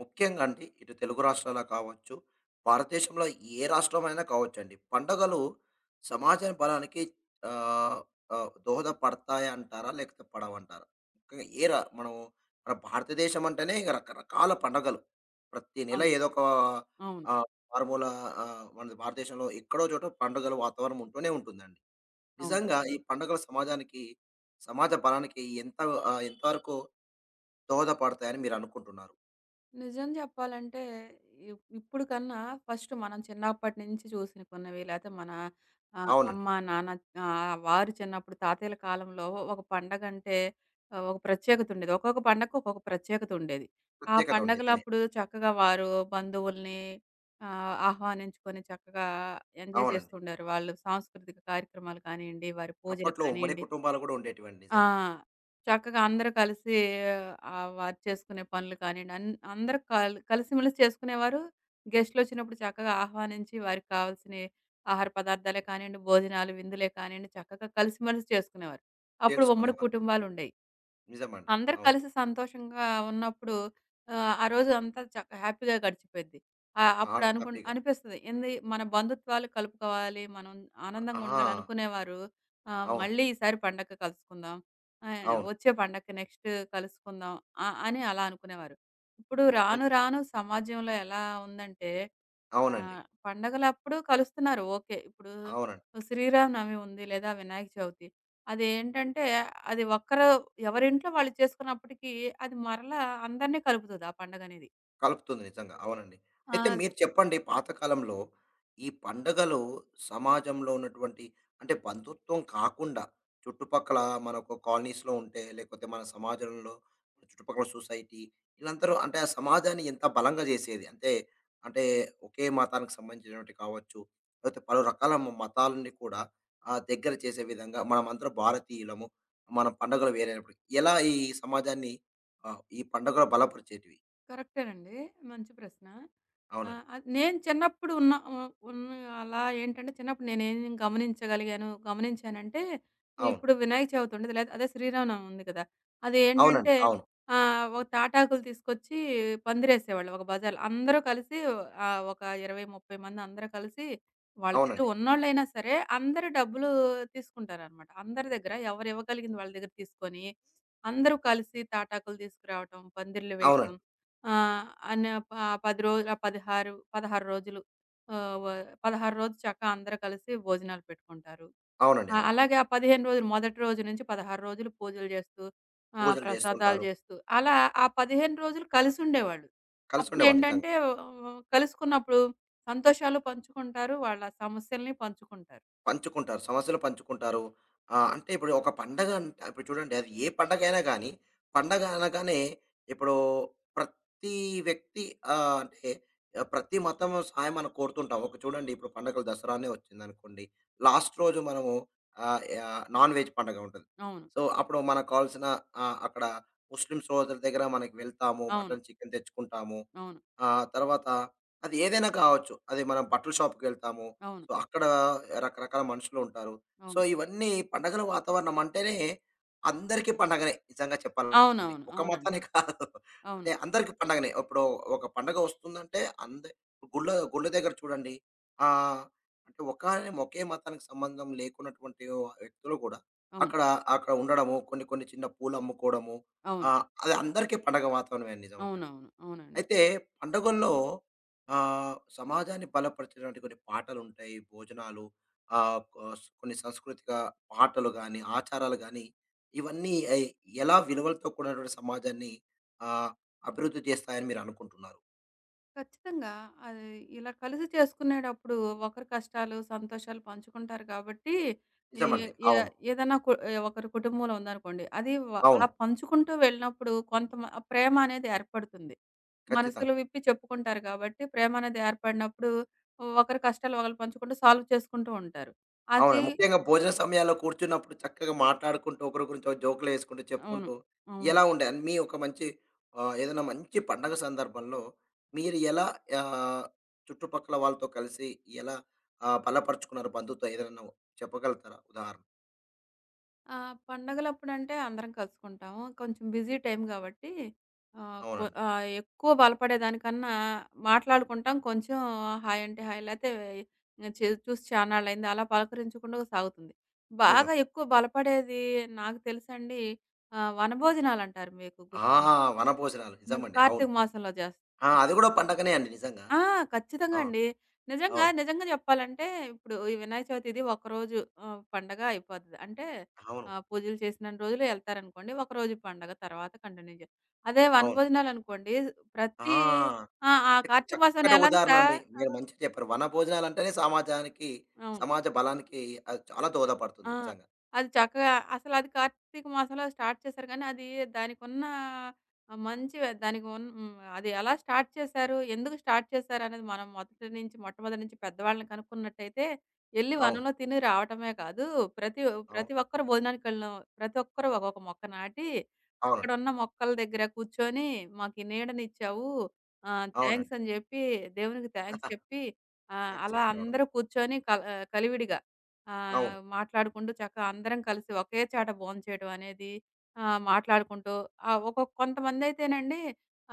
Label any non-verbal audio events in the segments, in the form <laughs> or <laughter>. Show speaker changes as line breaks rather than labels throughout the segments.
ముఖ్యంగా అండి ఇటు తెలుగు రాష్ట్రాల కావచ్చు, భారతదేశంలో ఏ రాష్ట్రమైనా కావచ్చండి. పండగలు సమాజం బలానికి ఆహ్, ఆహ్, దోహదపడతాయంటారా? లేకపోతే పడవంటారా? ముఖ్యంగా ఏ రా మనం మన భారతదేశం అంటేనే ఇక రకరకాల పండగలు. ప్రతి నెల
అవును.
ఏదో ఒక
అవును.
ఆహ్, మారుమూల మన భారతదేశంలో ఎక్కడో చోట పండుగల వాతావరణం ఉంటూనే ఉంటుందండి.
అవును.
నిజంగా ఈ పండుగలు సమాజానికి, సమాజ బలానికి ఎంతవరకు దోహదపడతాయని మీరు అనుకుంటున్నారు?
నిజం చెప్పాలంటే ఇప్పుడు కన్నా ఫస్ట్ మనం చిన్నప్పటి నుంచి చూసిన కొన్నవి లేతే మన
అవునండి.
అమ్మ, నాన్న వారు చిన్నప్పుడు తాతయ్యల కాలంలో ఒక పండగంటే ఒక ప్రత్యేకత ఉండేది. ఒక్కొక్క పండగకి ఒక్కొక్క ప్రత్యేకత ఉండేది. ఆ
ప్రత్యేకత ఉంది. నిజమే.
పండగలప్పుడు చక్కగా వారు బంధువుల్ని ఆహ్వానించుకొని చక్కగా ఎంజాయ్
అవునండి.
చేస్తుండారు. వాళ్ళు సాంస్కృతిక కార్యక్రమాలు కానియండి, వారి పూజలు
అప్పట్లో ఉమ్మడి
కానియండి.
కుటుంబాలు గూడా ఉండేటివండి
ఆ!
నిజంగా.
చక్కగా అందరూ కలిసి వారు చేసుకునే పనులు కానియండి, అందరూ కలిసిమెలిసి చేసుకునేవారు. గెస్ట్‌లొచ్చినప్పుడు చక్కగా ఆహ్వానించి వారికి కావాల్సినయి ఆహార పదార్థాలే కానియండి, భోజనాలు, విందులే కానియండి చక్కగా కలిసిమెలిసి చేసుకునేవారు. అప్పుడు ఉమ్మడి
చేర్చుకునేవాళ్ళు.
కుటుంబాలుండేయి.
నిజమండి.
అందరూ
అవును.
కలిసి సంతోషంగా ఉన్నప్పుడు ఆ రోజు అంతా హ్యాపీగా గడిచిపోయిద్ది.
ఆ!
అప్పుడు
హ్యాపీగా.
అనిపిస్తది. ఏంది మన బంధుత్వాలు కలుపుకోవాలి. మనం ఆనందంగా ఉండాలి
ఆ!
అనుకునేవారు.
అవును.
మళ్ళీ ఈసారి పండక్కి కలుసుకుందాం.
అవును.
వచ్చే పండక్కి నెక్స్ట్ కలుసుకుందాం. అని అలా అనుకునేవారు. ఇప్పుడు
అన్
రాను రాను సమాజంలో ఎలా ఉందంటే ఆ!
అవునండి.
పండగలప్పుడు కలుస్తున్నారు ఓకే. ఇప్పుడు
అవునండి.
శ్రీరామనవమి ఉంది లేదా వినాయక చవితి. అదేంటంటే అది ఒక్కరు ఎవరింట్లో వాళ్ళు చేసుకున్నప్పటికీ అది మరలా అందరిని కలుపుతది ఆ పండగనేది.
కలుపుతుంది నిజంగా. అవునండి. అయితే
ఆ!
మీరు చెప్పండి పాతకాలంలో ఈ పండగలు సమాజంలో ఉన్నటువంటి అంటే బంధుత్వం కాకుండా చుట్టుపక్కల మనకు కాలనీస్‌లో ఉంటే లేకపోతే మన సమాజంలో చుట్టుపక్కల సొసైటీ వీళ్ళందరూ అంటే ఆ సమాజాన్ని ఎంత బలంగా చేసేది. అంటే, ఒకే మతానికి సంబంధించినటువంటి కావచ్చు, లేకపోతే పలు రకాల మతాలని కూడా దగ్గర చేసే విధంగా మనమందరం భారతీయులము. మన పండుగలు వేరైనప్పుడు ఎలా ఈ సమాజాన్ని ఈ పండుగలు బలపరిచేటివి?
కరెక్టేనండి. మంచి ప్రశ్న.
అవునండి.
ఆహ్, ఆహ్, నేను చిన్నప్పుడు ఉన్న అలా ఏంటంటే చిన్నప్పుడు నేనేం గమనించగలిగాను, గమనించానంటే
అవును.
ఇప్పుడు వినాయక చవితి ఉండదు. లేదా అదే శ్రీరామనవమి ఉంది కదా! అది
అవునండి.
ఏంటంటే
అవును.
ఒక తాటాకులు తీసుకొచ్చి పందిరేసేవాళ్ళు ఒక బజార్‌లో. అందరూ కలిసి ఒక 20, 30 మంది అందరూ కలిసి వాళ్ళ దగ్గర
అవునండి.
ఉన్నోళ్ళైనా సరే అందరూ డబ్బులు తీసుకుంటారనమాట. అందరి దగ్గర ఎవరు ఇవ్వగలిగింది వాళ్ళ దగ్గర తీసుకొని అందరూ కలిసి తాటాకులు తీసుకురావటం, పందిర్లు వేయటం.
అవునండి.
ఆ! అన్న ప 10 రోజులు 16 రోజులు ఆహ్, వ 16 రోజులు చక్కగా అందరూ కలిసి భోజనాలు పెట్టుకుంటారు.
అవునండి.
ఆ!
అవును.
అలాగే ఆ 15 రోజులు మొదటి రోజు నుంచి 16 రోజులు పూజలు చేస్తూ,
పూజలు
ప్రసాదాలు
చేస్తుంటారు.
చేస్తూ అలా ఆ 15 రోజులు కలిసుండేవాళ్ళు.
కలిసుండేవాళ్ళు నిజంగా.
అప్పుడేంటంటే కలుసుకున్నప్పుడు సంతోషాలు పంచుకుంటారు. వాళ్ళ సమస్యల్ని పంచుకుంటారు.
పంచుకుంటారు. సమస్యలు పంచుకుంటారు. అంటే ఇప్పుడు ఒక పండగ అంటే ఇప్పుడు చూడండి అది ఏ పండగైనా గానీ, పండగ అనగానే ఇప్పుడు ప్రతి వ్యక్తి ఆహ్, అంటే ప్రతి మతం సహాయం మనం కోరుతుంటాం. ఒక చూడండి ఇప్పుడు పండగలు దసరానే వచ్చిందనుకోండి. లాస్ట్ రోజు మనము నాన్ వెజ్ పండగ ఉంటది.
అవును.
సో, అప్పుడు మనకు కావాల్సిన అక్కడ ముస్లిం సోదరుల దగ్గర మనకి వెళ్తాము.
అవును.
మటన్, చికెన్ తెచ్చుకుంటాము.
అవును.
ఆ! తర్వాత అది ఏదైనా కావచ్చు. అది మనం బట్టల షాప్‌కెళ్తాము.
అవును.
సో, అక్కడ రకరకాల మనుషులు ఉంటారు. సో,
అవును.
ఇవన్నీ పండగల వాతావరణం అంటేనే అందరికీ పండగనే నిజంగా చెప్పాలంటే.
అవునవును.
ఒక
అవునండి.
మతానే కాదు.
అవును.
అంటే అందరికి పండగనే. ఇప్పుడు ఒక పండగ వస్తుందంటే గుళ్ళ గుళ్ళ దగ్గర చూడండి. ఆహ్, అంటే ఒకే మతానికి సంబంధం లేకున్నటువంటి వ్యక్తులు కూడా
అవును.
అక్కడ అక్కడ ఉండడము, కొన్ని కొన్ని చిన్న పూలు అమ్ముకోవడము.
అవును.
అది అందరికీ పండగ వాతావరణమే నిజంగా.
అవునవును. అవునండి.
అయితే పండుగల్లో సమాజాన్ని బలపరిచినటువంటి కొన్ని పాటలుంటాయి, భోజనాలు ఆహ్, కోస్ కొన్ని సాంస్కృతిక పాటలు గాని, ఆచారాలు గాని, ఇవన్నీ ఎయ్ ఎలా విలువలతో కూడినటువంటి సమాజాన్ని ఆహ్, అభివృద్ధి చేస్తాయని మీరనుకుంటున్నారు?
ఖచ్చితంగా. అది ఇలా కలిసి చేసుకునేటప్పుడు ఒకరి కష్టాలు, సంతోషాలు పంచుకుంటారు కాబట్టి, ఏ
నిజమండి.
ఏ
అవును.
ఏదైనా కు ఏ ఒకరి కుటుంబంలో ఉందనుకోండి. అది
అవును.
అలా పంచుకుంటూ వెళ్ళినప్పుడు ప్రేమ అనేది ఏర్పడుతుంది. మనసులు
ఖచ్చితంగా.
విప్పి చెప్పుకుంటారు కాబట్టి, ప్రేమ అనేది ఏర్పడినప్పుడు ఒకరి కష్టాలు ఒకళ్ళు పంచుకుంటూ సాల్వ్ చేసుకుంటూ ఉంటారు.
అవును.
అది
ముఖ్యంగా భోజన సమయాల్లో కూర్చున్నప్పుడు చక్కగా మాట్లాడుకుంటూ, ఒకరి గురించి ఒకరు జోకులేసుకుంటూ,
అవును.
చెప్పుకుంటూ
అవును.
ఎలా ఉండే అన్ మీ ఒక మంచి ఏదైనా మంచి పండగ సందర్భంలో మీరు ఎలా ఆహ్, చుట్టుపక్కల వాళ్ళతో కలిసి ఎలా బలపరుచుకున్నారు బంధుత్వం ఏదైనా చెప్పగలుగుతారా ఉదాహరణ?
ఆ! పండగలప్పుడంటే అందరం కలుసుకుంటాము. కొంచెం బిజీ టైం గాబట్టి
అవునండి.
ఎక్కువ బలపడేదానికన్నా మాట్లాడుకుంటాం. కొంచెం హాయ్ అంటే హాయ్ లేతే చూసి చానాళ్ళయింది అలా పలకరించకుండా సాగుతుంది.
నిజం.
బాగా ఎక్కువ బలపడేది నాకు తెలుసండి. వనభోజనాలంటారు మీకు
ఆ!
గుర్తుందా?
వనభోజనాలు
ఆ!
నిజమండి. అవును.
కార్తీక మాసంలో
ఆ! అది
జేస్తున్నారు.
గూడా పండగనే అండి నిజంగా.
ఆ! ఖచ్చితంగా
ఆ!
అండి. నిజంగా,
అవును.
నిజంగా చెప్పాలంటే ఇప్పుడు ఈ వినాయక చవితి ఇది ఒకరోజు పండగ అయిపోతది. అంటే
అవును.
పూజలు చేసినన్ని రోజులు ఎళ్తారనుకోండి. ఒకరోజు పండగ తర్వాత కంటిన్యూ జే అదే
అవును.
వనభోజనాలనుకోండి. ప్రతి
ఆ!
ఆ! ఆ కార్తీక మాసం
చక్కటి ఉదాహరణ
నెలంతా.
అండి.
ఆ!
మీరు మంచిగా చెప్పారు. వనభోజనాలంటేనే సమాజానికి,
అవును.
సమాజ బలానికి అది చాలా దోహదపడుతుంది
ఆ!
నిజంగా.
అది చక్కగా అసలది కార్తీక మాసంలో స్టార్ట్ చేశారు గానీ, అది దానికున్న మంచి దానికి ఉన్ హ్మ్. అది ఎలా స్టార్ట్ చేశారు? ఎందుకు స్టార్ట్ చేశారు? అనేది మనం మొదటి నుంచి మొట్టమొదటి నుంచి పెద్దవాళ్ళని కనుక్కున్నట్టయితే, ఎళ్లి
అవును.
వనంలో తిని రావటమే కాదు, ప్రతి
అవును.
ప్రతి ఒక్కరు భోజనానికెళ్ళిన ప్రతి ఒక్కరు ఒక్కొక్క మొక్క నాటి,
అవునండి.
అక్కడున్న మొక్కల దగ్గర కూర్చొని, "మాకు ఈ నీడనిచ్చావు. థాంక్స్"
అవునండి.
అని జెప్పి, దేవునికి థాంక్స్
<laughs>
చెప్పి,
థాంక్స్
అలా
చెప్పి రావడం.
అందరూ కూర్చొని కలివిడిగా ఆహ్,
అవును.
మాట్లాడుకుంటూ చక్కగా అందరం కలిసి ఒకే చాట భోంచేయడం అనేది ఆహ్, మాట్లాడుకుంటూ ఒక కొంతమందయితేనండి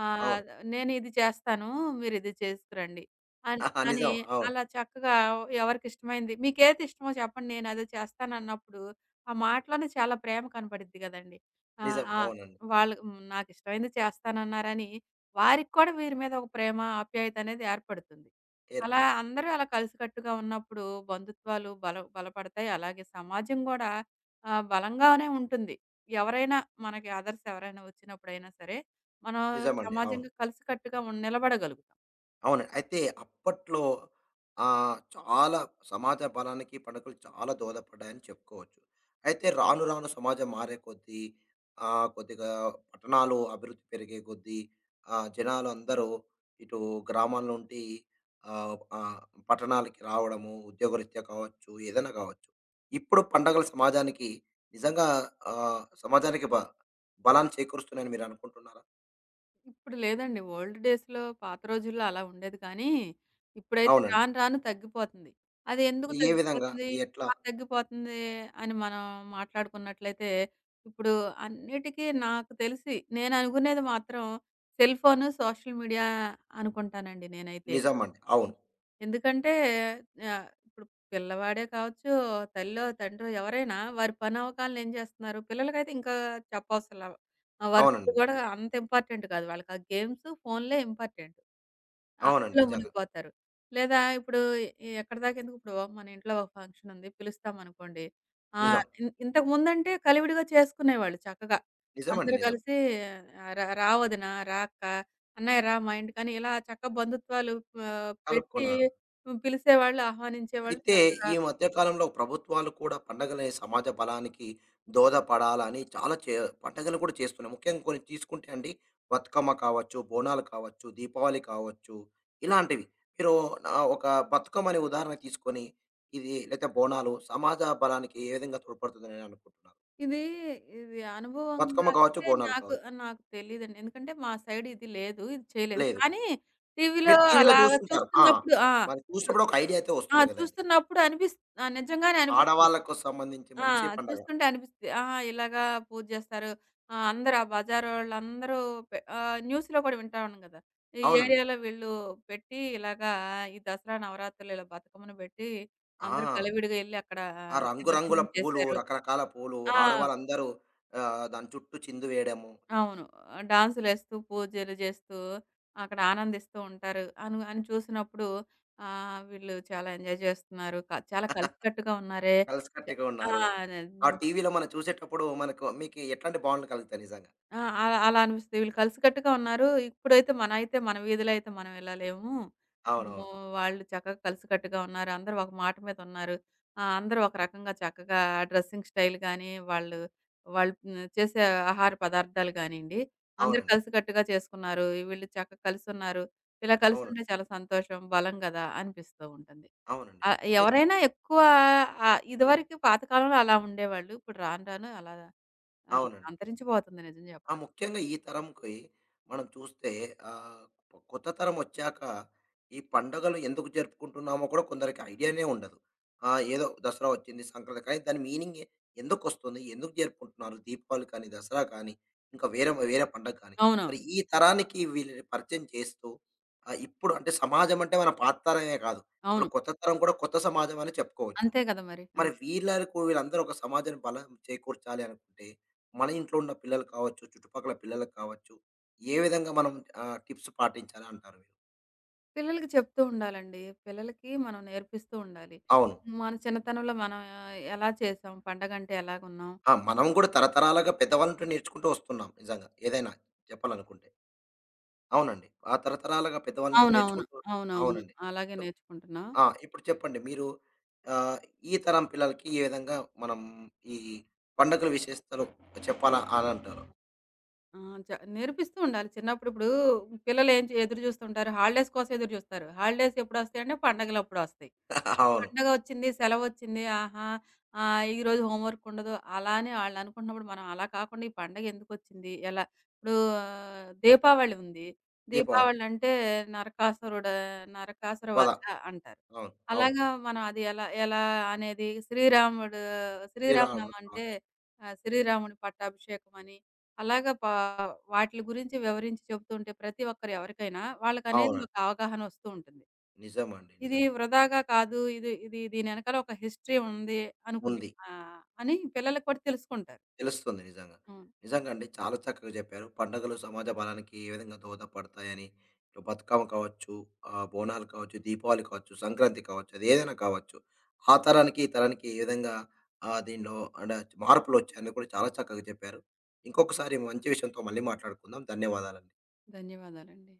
ఆహ్,
అవును.
నేను ఇది చేస్తాను. మీరు ఇది చేసుకురండి. అన్
<laughs>
అని
నిజం. అవును.
అలా చక్కగా ఎవరికిష్టమైంది మీకేది ఇష్టమో చెప్పండి నేనదే చేస్తానన్నప్పుడు ఆ మాటలోనే చాలా ప్రేమ కనపడిద్ది గదండీ. ఆ!
నిజం.
ఆ!
అవునండి.
వాళ్ళు హ్మ్. నాకిష్టమైంది చేస్తానన్నారని వారికి కూడా వీరి మీద ఒక ప్రేమ, ఆప్యాయత అనేది ఏర్పడుతుంది. అలా
ఏర్పడుతుంది.
అందరూ అలా కలిసికట్టుగా ఉన్నప్పుడు బంధుత్వాలు బలపడతాయి. అలాగే సమాజం గూడా బలంగానే ఉంటుంది. ఎవరైనా మనకి అదర్స్ ఎవరైనా వచ్చినప్పుడైనా సరే, మనం
నిజమండి. అవును.
సమాజంగా కలిసికట్టుగా నిలబడగలుగుతాం.
అవునండి. అయితే అప్పట్లో చాలా సమాజ బలానికి పండుగలు చాలా దోహదపడ్డాయని చెప్పుకోవచ్చు. అయితే రాను రాను సమాజం మారే కొద్దీ కొద్దిగా పట్టణాలు అభివృద్ధి పెరిగే కొద్దీ జనాలందరూ ఇటు గ్రామాల నుండి ఆహ్, ఆహ్, పట్టణాలకి రావడము, ఉద్యోగరీత్యా కావచ్చు, ఏదైనా కావచ్చు. ఇప్పుడు పండగలు సమాజానికి నిజంగా సమాజానికి బలాన్ని చేకూరుస్తున్నాయని మీరనుకుంటున్నారా?
ఇప్పుడు లేదండి. ఓల్డ్ డేస్‌లో పాత రోజుల్లో అలా ఉండేది కానీ, ఇప్పుడైతే
అవునండి.
రాను రాను తగ్గిపోతుంది. అది ఎందుకు
అంటే ఏ విధంగా?
తగ్గిపోతుంది?
ఎట్లా?
ఆ! తగ్గిపోతుంది అని మనం మాట్లాడుకున్నట్లయితే, ఇప్పుడు అన్నిటికీ నాకు తెలిసి నేననుకునేది మాత్రం సెల్ ఫోను, సోషల్ మీడియా అనుకుంటానండి నేనైతే.
నిజమండి. అవును.
ఎందుకంటే ఇప్పుడు పిల్లవాడే కావచ్చు, తల్లో, తండ్రో ఎవరైనా వారి పనవకాలన ఏం చేస్తున్నారు? పిల్లలకైతే ఇంకా చెప్పవసరలా. ఆ వర్కులు
అవునండి.
గూడా అంత ఇంపార్టెంట్ కాదు. వాళ్ళకి ఆ గేమ్స్, ఫోన్‌లే ఇంపార్టెంట్. ఆ!
అవునండి.
అందులో
నిజంగా.
మునిగిపోతారు. లేదా ఇప్పుడు ఎక్కడిదాకెందుకు ఇప్పుడు మన ఇంట్లో ఒక ఫంక్షన్ ఉంది. పిలుస్తామనుకోండి. ఆ!
నిజం.
హ్మ్. ఇంతకు ముందంటే కలివిడిగా చేసుకునేవాళ్ళు చక్కగా.
నిజమండి.
అందరూ
నిజం.
కలిసి ఆహ్, ర రా వదిన, రా అక్క, అన్నయ్య రా మా ఇంటికని ఇలా బంధుత్వాలు పెట్టి
కలుపుకున్నారు.
పిలిసేవాళ్ళు, ఆహ్వానించేవాళ్ళు
అయితే
చక్కగా.
ఈ మధ్య కాలంలో ప్రభుత్వాలు కూడా పండగలే సమాజ బలానికి దోహదపడాలని చాలా చే పండగలు కూడా చేస్తున్నాయి. ముఖ్యంగా కొన్ని తీసుకుంటే అండి బతుకమ్మ కావచ్చు, బోనాలు కావచ్చు, దీపావళి కావచ్చు, ఇలాంటివి. మీరు ఒక బతుకమ్మని ఉదాహరణ తీసుకొని ఇది లేతే బోనాలు సమాజ బలానికి ఏ విధంగా తోడ్పడుతుందని అనుకుంటున్నారు?
ఇది, ఇది అనుభవంగా
బతుకమ్మ కావచ్చు,
అయితే
బోనాలు
నాకు
కావచ్చు.
నాకు తెలీదండి. ఎందుకంటే మా సైడ్ ఇది లేదు. ఇది చేయలేదు.
లేదు.
కానీ టీవీలో
మీరు టీవీలో
అలాగా
చూస్తుంటారు. ఆ!
చూస్తున్నప్పుడు ఆ!
మరి
చు
చూసినప్పుడు ఒక ఐడియా అయితే
ఆ!
వస్తుంది కదండీ!
చూస్తున్నప్పుడు ఆ! నిజంగానే అనిపిస్తది.
ఆడవాళ్ళకు సంబంధించి
ఆ!
మంచి పండగ.
చూస్తుంటే అనిపిస్తది. ఆహా! ఇలాగా పూజ చేస్తారు. ఆ! అందరూ ఆ బజారోళ్ళందరూ న్యూస్‌లో కూడా వింటా ఉన్నాం గదా! ఈ
అవునండి.
ఏరియాలో వీళ్ళు పెట్టి ఇలాగా ఈ దసరా, నవరాత్రులు ఇలా బతుకమ్మను బెట్టి
ఆ!
అందరూ కలివిడిగా ఎళ్లి అక్కడ
ఆ రంగురంగుల
నిమజ్జనం
పూలు,
చేశారు.
రకరకాల పూలు
ఆ!
ఆడవాళ్ళందరూ దాని చుట్టూ చిందు వేయడము,
అవును. డాన్సులేస్తూ, పూజలు జేస్తూ, అక్కడ ఆనందిస్తూ ఉంటారు. అని చూసినప్పుడు వీళ్ళు చాలా ఎంజాయ్ జేస్తున్నారు. చాలా కలిసికట్టుగా ఉన్నారే.
కలిసికట్టుగా
ఆ!
ఉన్నారు. ఆ టీవీలో మనం చూసేటప్పుడు మనకు మీకు ఎట్లాంటి భావనలు కలుగుతాయి నిజంగా.
ఆ! అలా అలా అనిపిస్తది. వీళ్ళు కలిసికట్టుగా ఉన్నారు. ఇప్పుడైతే మనమైతే మన వీధిలో అయితే మనం ఇలా లేము.
అవునవును.
అమ్మో! వాళ్ళు చక్కగా కలిసికట్టుగా ఉన్నారు. అందరూ ఒక మాట మీద ఉన్నారు. అందరూ ఒక రకంగా చక్కగా డ్రెస్సింగ్ స్టైల్ గాని, వాళ్ళు వాళ్ళు హ్మ్, చేసే ఆహార పదార్థాలు గానియండి, అందరూ
అవునండి.
కలిసికట్టుగా చేసుకున్నారు. వీళ్ళు చక్కగా కలిసున్నారు. ఇలా
అవునండి.
కలిసుంటే చాలా సంతోషం, బలం గదా! అనిపిస్తూ ఉంటుంది.
అవునండి.
ఆహ్,
అయి
ఎవరైనా ఎక్కువ ఆహ్, ఇదివరకు పాతకాలంలో అలా ఉండేవాళ్ళు. ఇప్పుడు రాను రాను అలా
అవునండి.
అంతరించిపోతుంది నిజం
ఆ!
చెప్పాలంటే.
ముఖ్యంగా ఈ తరంకి మనం చూస్తే ఆహ్, కొత్త తరం వచ్చాక ఈ పండుగలు ఎందుకు జరుపుకుంటున్నామో కూడా కొందరికి ఐడియానే ఉండదు. ఆ! ఏదో దసరా వచ్చింది, సంక్రాంతి కానీ దాని మీనింగ్ ఎందుకొస్తుంది? ఎందుకు జరుపుకుంటున్నారు? దీపావళి కానీ, దసరా కానీ, ఇంకా వేరే వేరే పండగ కానీ. మరి
అవునవును.
ఈ తరానికి వీళ్ళని పరిచయం చేస్తూ ఇప్పుడు అంటే సమాజం అంటే మన పాత తరమే కాదు. ఇప్పుడు
అవును.
కొత్త తరం కూడా కొత్త సమాజం అని చెప్పుకోవచ్చు.
అంతే కదా మరి.
మరి
అంతే.
వీళ్ళకు వీళ్ళందరూ ఒక సమాజాన్ని బలం చేకూర్చాలి అనుకుంటే, మన ఇంట్లో ఉన్న పిల్లలు కావచ్చు, చుట్టుపక్కల పిల్లలకు కావచ్చు, ఏ విధంగా మనం టిప్స్ పాటించాలి అంటారు మీరు?
పిల్లలకి చెప్తూ ఉండాలండి. పిల్లలకి మనం నేర్పిస్తూ ఉండాలి.
అవును.
హ్మ్. మన చిన్నతనంలో మనం ఎలా చేసాం? పండగంటే ఎలాగున్నాం?
ఆ! మనం కూడా తరతరాలుగా పెద్దవాళ్ళ నుండి నేర్చుకుంటూ వస్తున్నాం నిజంగా. ఏదైనా చెప్పాలనుకుంటే. అవునండి. ఆ తరతరాలుగా పెద్దవాళ్ళ నుండి
అవునవును.
నేర్చుకుంటూ వస్తున్నాం.
అవునవును.
అవునండి.
అలాగే
సో
నేర్చుకుంటున్నా.
ఆ! ఇప్పుడు చెప్పండి మీరు ఆహ్, ఈ తరం పిల్లలకి ఏ విధంగా మనం ఈ పండగల విశేషతలు చెప్పాలా అని అంటారు?
ఆ! చ నేర్పిస్తూ ఉండాలి. చిన్నప్పుడు ఇప్పుడు పిల్లలు ఏం చే ఎదురు చూస్తుంటారు. హాలిడేస్ కోసం ఎదురు చూస్తారు. హాలిడేస్ ఎప్పుడొస్తాయంటే పండగలప్పుడొస్తాయి.
<laughs>
ఒక
అవును.
పండగొచ్చింది, సెలవొచ్చింది. ఆహా! ఈరోజు హోమ్ వర్క్ ఉండదు. అలా అని ఆళ్ళనుకుంటున్నప్పుడు మనం అలా కాకుండా ఈ పండగ ఎందుకొచ్చింది? ఎలా ఇప్పుడు ఆ, దీపావళి ఉంది.
దీపావళి.
దీపావళంటే నరకాసురుడు నరకాసుర
పద
వధ అంటారు.
అవును. అవును.
అలాగా మనం అది ఎలా ఎలా అనేది శ్రీరాముడు
శ్రీరాముడు
శ్రీరామనవమంటే
కావచ్చు.
శ్రీరాముని పట్టాభిషేకమని అలాగా వాటిలి గురించి వివరించి చెప్తూ ఉంటే ప్రతి ఒక్కరు ఎవరికైనా వాళ్ళకనేది
అవునండి.
ఒక అవగాహన వస్తూ ఉంటుంది.
నిజమండి.
ఇది
నిజంగా.
వృధాగా కాదు. ఇది ఇది దీనెనకాల ఒక హిస్టరీ ఉంది అనుకుని.
ఉంది.
అని పిల్లలకి కూడా తెలుసుకుంటారు.
తెలుస్తుంది నిజంగా.
హ్మ్.
నిజంగా అండి. చాలా చక్కగా చెప్పారు. పండుగలు సమాజ బలానికి ఏ విధంగా దోహదపడతాయని. ఇటు బతుకమ్మ కావచ్చు, బోనాలు కావచ్చు, దీపావళి కావచ్చు, సంక్రాంతి కావచ్చు, అది ఏదైనా కావచ్చు. ఆ తరానికి, ఈ తరానికి ఏ విధంగా దీనిలో అంటే మార్పులొచ్చాయని కూడా చాలా చక్కగా చెప్పారు. ఇంకొకసారి మంచి విషయంతో మళ్ళీ మాట్లాడుకుందాం. ధన్యవాదాలండి.
ధన్యవాదాలండి.